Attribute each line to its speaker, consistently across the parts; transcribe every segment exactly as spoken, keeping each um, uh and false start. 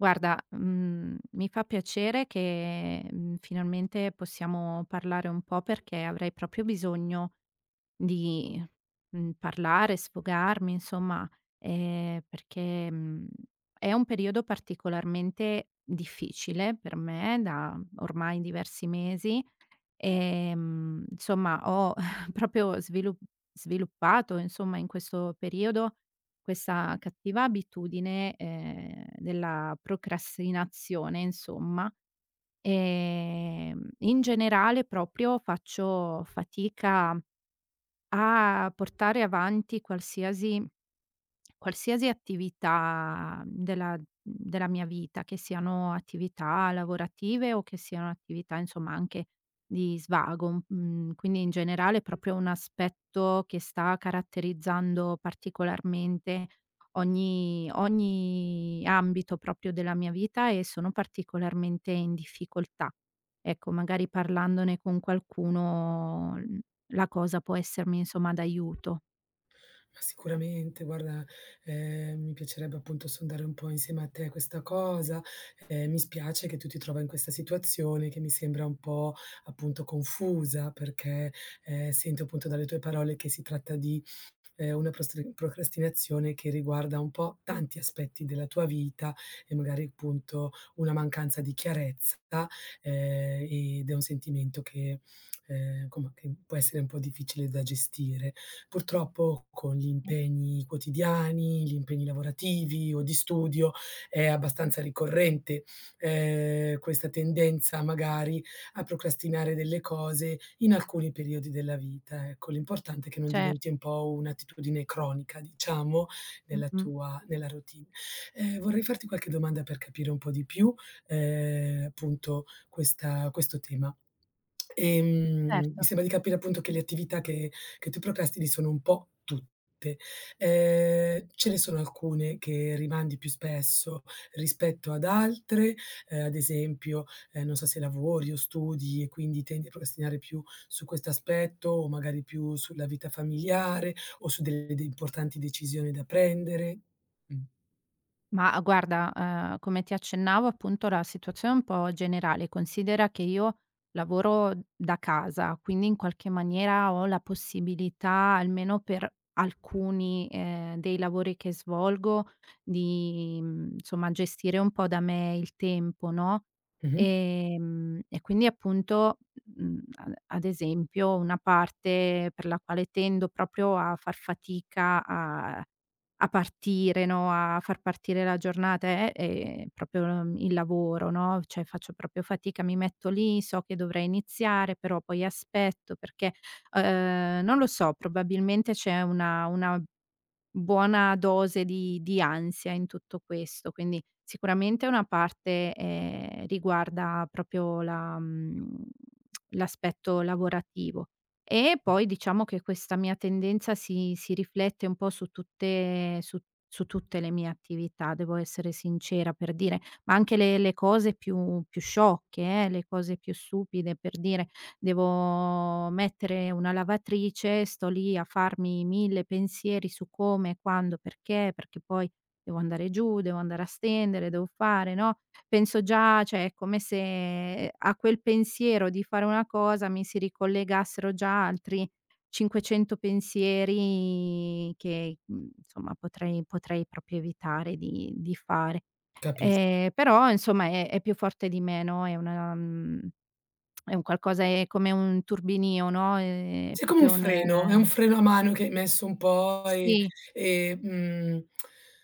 Speaker 1: Guarda, mhmm, mi fa piacere che, mhmm, finalmente possiamo parlare un po' perché avrei proprio bisogno di, mhmm, parlare, sfogarmi insomma, ehm, perché, mhmm, è un periodo particolarmente difficile per me da ormai diversi mesi. Ehm, insomma ho proprio svilu sviluppato, insomma, in questo periodo questa cattiva abitudine, ehm, della procrastinazione, insomma. Ehm, in generale proprio faccio fatica a portare avanti qualsiasi Qualsiasi attività della della mia vita, che siano attività lavorative o che siano attività insomma anche di svago, mhmm, mhmm, quindi in generale è proprio un aspetto che sta caratterizzando particolarmente ogni ogni ambito proprio della mia vita e sono particolarmente in difficoltà. Ecco, magari parlandone con qualcuno, mhmm, la cosa può essermi insomma d'aiuto.
Speaker 2: Ma sicuramente, guarda, ehm, mi piacerebbe appunto sondare un po' insieme a te questa cosa. Ehm, mi spiace che tu ti trova in questa situazione che mi sembra un po' appunto confusa, perché, ehm, sento appunto dalle tue parole che si tratta di, ehm, una prostri procrastinazione che riguarda un po' tanti aspetti della tua vita e magari appunto una mancanza di chiarezza, ehm, ed è un sentimento che, ehm, insomma, che può essere un po' difficile da gestire. Purtroppo con gli
Speaker 1: Sì.
Speaker 2: impegni quotidiani, gli impegni lavorativi o di studio è abbastanza ricorrente, ehm, questa tendenza magari a procrastinare delle cose in alcuni periodi della vita, ecco. L'importante è che non
Speaker 1: Cer.
Speaker 2: diventi un po' un'attitudine cronica, diciamo, nella
Speaker 1: Mh-mh.
Speaker 2: tua nella routine. Ehm, vorrei farti qualche domanda per capire un po' di più, ehm, appunto questa questo tema. Ehm, mi
Speaker 1: Certo.
Speaker 2: sembra di capire appunto che le attività che che tu procrastini sono un po' tutte. Ehm, ce ne sono alcune che rimandi più spesso rispetto ad altre, ehm, ad esempio, ehm, non so se lavori o studi e quindi tendi a procrastinare più su questo aspetto o magari più sulla vita familiare o su delle de importanti decisioni da prendere. Mh.
Speaker 1: Ma guarda, ehm, come ti accennavo appunto la situazione è un po' generale. Considera che io lavoro da casa, quindi in qualche maniera ho la possibilità, almeno per alcuni, ehm, dei lavori che svolgo, di, mhmm, insomma gestire un po' da me il tempo, no,
Speaker 2: Mh-mh.
Speaker 1: ehm, e quindi appunto, mhmm, ad ad esempio una parte per la quale tendo proprio a far fatica a a partire, no, a far partire la giornata, eh, è proprio, mhmm, il lavoro, no, cioè faccio proprio fatica, mi metto lì, so che dovrei iniziare, però poi aspetto perché, uhm, non lo so, probabilmente c'è una una buona dose di di ansia in tutto questo, quindi sicuramente una parte, ehm, riguarda proprio la mhmm, l'aspetto lavorativo. E poi diciamo che questa mia tendenza si si riflette un po' su tutte su su tutte le mie attività, devo essere sincera, per dire, ma anche le le cose più più sciocche, eh, le cose più stupide, per dire, devo mettere una lavatrice, sto lì a farmi mille pensieri su come, quando, perché, perché poi devo andare giù, devo andare a stendere, devo fare, no, penso già, cioè è come se, ehm, a quel pensiero di fare una cosa mi si ricollegassero già altri cinquecento pensieri che, mhmm, insomma potrei potrei proprio evitare di di fare.
Speaker 2: Capis.
Speaker 1: Ehm, però insomma è è più forte di me, no, è una mhmm è un qualcosa, è come un turbinio, no, ehm,
Speaker 2: Sì, come un
Speaker 1: proprio un
Speaker 2: freno, è un freno a mano che hai messo un po' e
Speaker 1: sì,
Speaker 2: e, mhmm,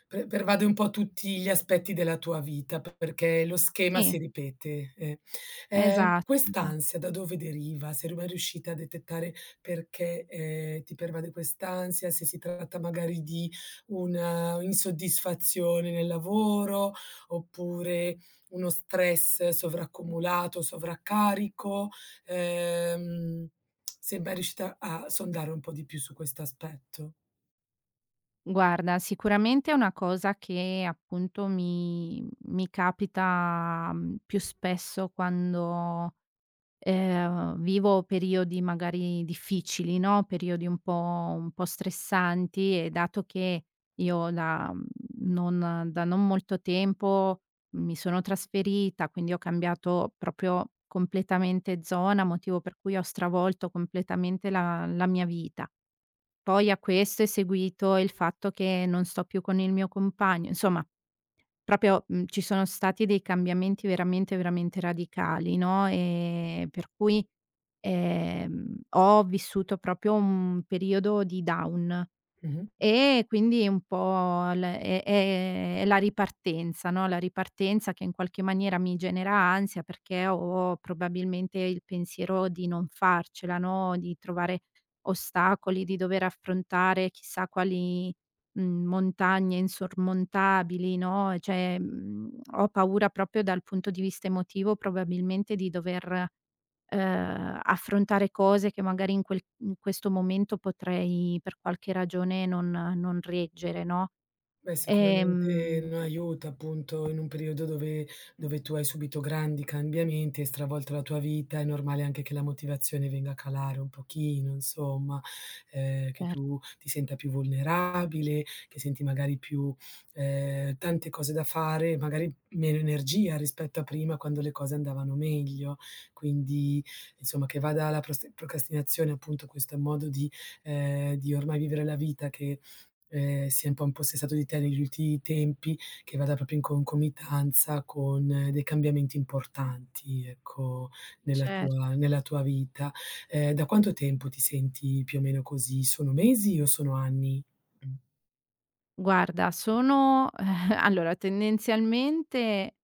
Speaker 2: pre pervade un po' tutti gli aspetti della tua vita, p perché lo schema
Speaker 1: sì,
Speaker 2: si ripete, eh. Ehm,
Speaker 1: esatto. esa
Speaker 2: quest'ansia da dove deriva? Sei mai riuscita a detettare perché, ehm, ti pervade quest'ansia, se si tratta magari di una insoddisfazione nel lavoro, oppure uno stress sovraccumulato, sovraccarico, ehm se mai riuscita a sondare un po' di più su questo aspetto.
Speaker 1: Guarda, sicuramente è una cosa che appunto mi mi capita, mhmm, più spesso quando ehm, vivo periodi magari difficili, no, periodi un po' un po' stressanti e dato che io da mhmm, non da non molto tempo mi sono trasferita, quindi ho cambiato proprio completamente zona, motivo per cui ho stravolto completamente la la mia vita. Poi a questo è seguito il fatto che non sto più con il mio compagno, insomma, proprio, mhmm, ci sono stati dei cambiamenti veramente, veramente radicali, no, ehm, per cui, ehm, ho vissuto proprio un periodo di down.
Speaker 2: Mh-mh.
Speaker 1: E quindi un po' l è è è la ripartenza, no, la ripartenza che in qualche maniera mi genera ansia perché ho probabilmente il pensiero di non farcela, no, di trovare ostacoli, di dover affrontare chissà quali, mhmm, montagne insormontabili, no, cioè, mhmm, ho paura proprio dal punto di vista emotivo probabilmente di dover ehm, affrontare cose che magari in quel in questo momento potrei per qualche ragione non non reggere, no.
Speaker 2: Beh, sicuramente
Speaker 1: Ehm
Speaker 2: non aiuta appunto in un periodo dove dove tu hai subito grandi cambiamenti, hai stravolto la tua vita, è normale anche che la motivazione venga a calare un pochino, insomma, ehm, che
Speaker 1: Cer.
Speaker 2: tu ti senta più vulnerabile, che senti magari più, ehm, tante cose da fare, magari meno energia rispetto a prima quando le cose andavano meglio. Quindi, insomma, che vada la prost procrastinazione appunto questo modo di ehm, di ormai vivere la vita che Ehm, si è un po' impossessato di te negli ultimi tempi, che vada proprio in concomitanza con eh, dei cambiamenti importanti, ecco, nella
Speaker 1: Cer.
Speaker 2: tua nella tua vita. Ehm, da quanto tempo ti senti più o meno così? Sono mesi o sono anni? Mm.
Speaker 1: Guarda, sono allora tendenzialmente,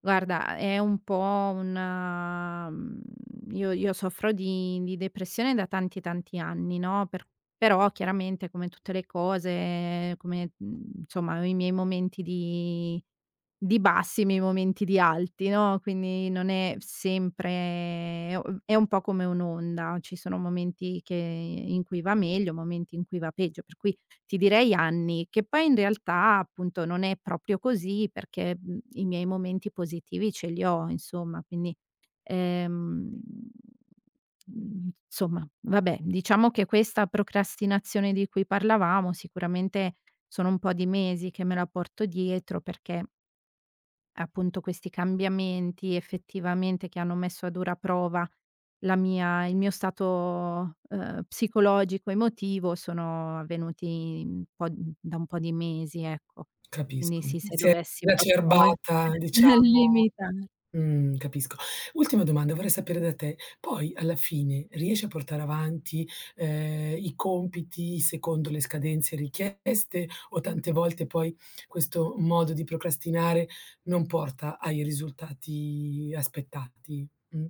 Speaker 1: guarda è un po' una, mhmm, io io soffro di di depressione da tanti, tanti anni, no, per però chiaramente come tutte le cose, come, mhmm, insomma ho i miei momenti di Di bassi, ma i momenti di alti, no, quindi non è sempre o è un po' come un'onda, ci sono momenti che in cui va meglio, momenti in cui va peggio, per cui ti direi anni, che poi in realtà appunto non è proprio così perché, mhmm, i miei momenti positivi ce li ho insomma, quindi, ehm, mhmm, insomma vabbè, diciamo che questa procrastinazione di cui parlavamo sicuramente sono un po' di mesi che me la porto dietro perché appunto questi cambiamenti effettivamente che hanno messo a dura prova la mia il mio stato, uhm, psicologico, emotivo sono avvenuti un po' di- da un po' di mesi, ecco. Quindi
Speaker 2: Capisco.
Speaker 1: sì, se
Speaker 2: Si è
Speaker 1: dovessi proprio
Speaker 2: esacerbata, diciamo.
Speaker 1: limitare.
Speaker 2: Mh, capisco. Ultima domanda, vorrei sapere da te, poi alla fine riesci a portare avanti, ehm, i compiti secondo le scadenze richieste o tante volte poi questo modo di procrastinare non porta ai risultati aspettati? Mh.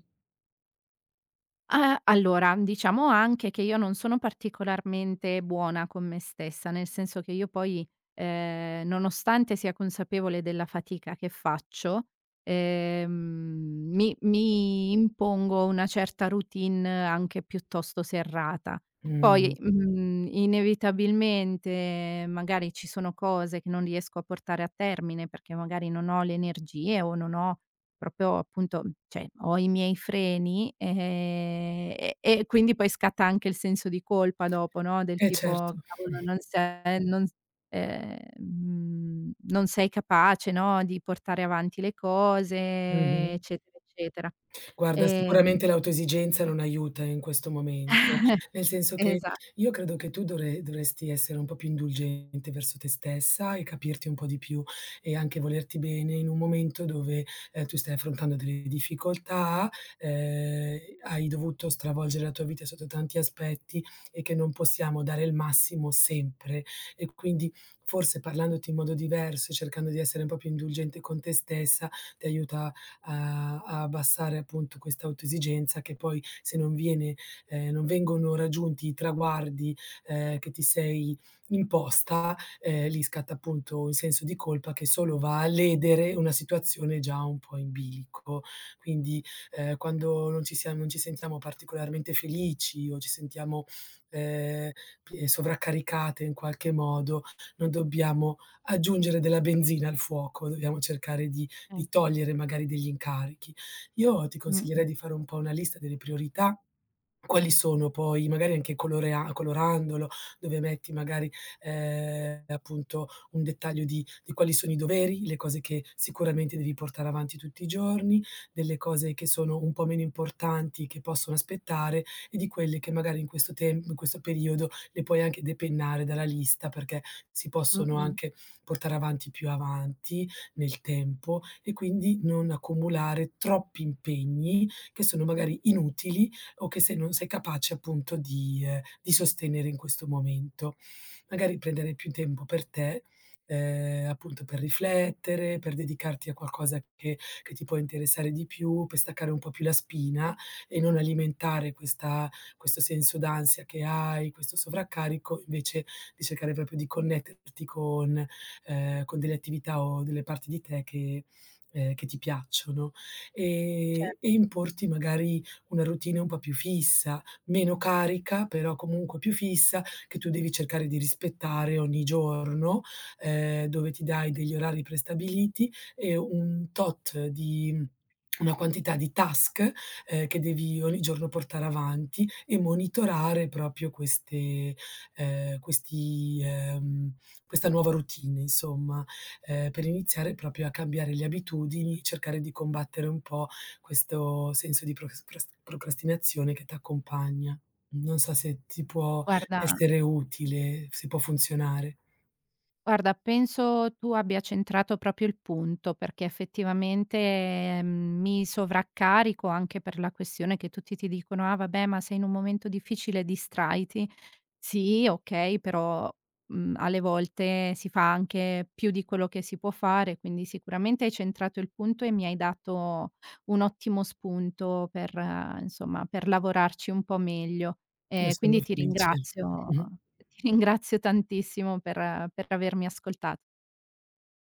Speaker 1: Ah, allora, diciamo anche che io non sono particolarmente buona con me stessa, nel senso che io poi, ehm, nonostante sia consapevole della fatica che faccio, ehm, mi mi impongo una certa routine anche piuttosto serrata. Poi,
Speaker 2: Mh.
Speaker 1: mhmm, inevitabilmente magari ci sono cose che non riesco a portare a termine perché magari non ho le energie o non ho proprio appunto, cioè ho i miei freni, ehm, e e quindi poi scatta anche il senso di colpa dopo, no, del
Speaker 2: Eh
Speaker 1: tipo:
Speaker 2: certo.
Speaker 1: "Cavolo, non se non s ehm, non sei capace, no, di portare avanti le cose",
Speaker 2: Mh-mh.
Speaker 1: eccetera, eccetera.
Speaker 2: Guarda,
Speaker 1: Ehm,
Speaker 2: sicuramente l'autoesigenza non aiuta in questo momento, nel senso che
Speaker 1: esatto.
Speaker 2: io credo che tu dovre dovresti essere un po' più indulgente verso te stessa e capirti un po' di più e anche volerti bene in un momento dove, ehm, tu stai affrontando delle difficoltà, ehm, hai dovuto stravolgere la tua vita sotto tanti aspetti e che non possiamo dare il massimo sempre. E quindi forse parlandoti in modo diverso e cercando di essere un po' più indulgente con te stessa ti aiuta a a abbassare appunto questa autoesigenza che poi se non viene ehm, non vengono raggiunti i traguardi, ehm, che ti sei imposta, ehm, lì scatta appunto un senso di colpa che solo va a ledere una situazione già un po' in bilico. Quindi, ehm, quando non ci siam non ci sentiamo particolarmente felici o ci sentiamo, ehm, p sovraccaricate in qualche modo, non dobbiamo aggiungere della benzina al fuoco, dobbiamo cercare di di togliere magari degli incarichi. Io ti
Speaker 1: Mh-mh,
Speaker 2: consiglierei di fare un po' una lista delle priorità, quali sono, poi magari anche colorea colorandolo, dove metti magari, ehm, appunto un dettaglio di di quali sono i doveri, le cose che sicuramente devi portare avanti tutti i giorni, delle cose che sono un po' meno importanti, che possono aspettare, e di quelle che magari in questo tem in questo periodo le puoi anche depennare dalla lista, perché si possono
Speaker 1: mh-mh.
Speaker 2: anche portare avanti più avanti nel tempo e quindi non accumulare troppi impegni che sono magari inutili o che se non sei capace appunto di ehm, di sostenere in questo momento magari prendere più tempo per te, ehm, appunto per riflettere, per dedicarti a qualcosa che che ti può interessare di più, per staccare un po' più la spina e non alimentare questa questo senso d'ansia che hai, questo sovraccarico, invece di cercare proprio di connetterti con ehm, con delle attività o delle parti di te che ehm, che ti piacciono. E e importi magari una routine un po' più fissa, meno carica però comunque più fissa, che tu devi cercare di rispettare ogni giorno, ehm, dove ti dai degli orari prestabiliti e un tot di una quantità di task, ehm, che devi ogni giorno portare avanti e monitorare proprio queste ehm, questi ehm, questa nuova routine insomma, ehm, per iniziare proprio a cambiare le abitudini, cercare di combattere un po' questo senso di procras cras procrastinazione che t'accompagna. Non so se ti può
Speaker 1: Guarda
Speaker 2: essere utile, si può funzionare.
Speaker 1: Guarda, penso tu abbia centrato proprio il punto, perché effettivamente, ehm, mi sovraccarico anche per la questione che tutti ti dicono: "Ah vabbè, ma sei in un momento difficile, distraiti". Sì, okay, però, mhmm, alle volte si fa anche più di quello che si può fare, quindi sicuramente hai centrato il punto e mi hai dato un ottimo spunto per eh, insomma, per lavorarci un po' meglio.
Speaker 2: Ne
Speaker 1: Ehm, quindi
Speaker 2: sono
Speaker 1: ti
Speaker 2: felice.
Speaker 1: ringrazio,
Speaker 2: Mh-mh.
Speaker 1: ti ringrazio tantissimo per per avermi ascolta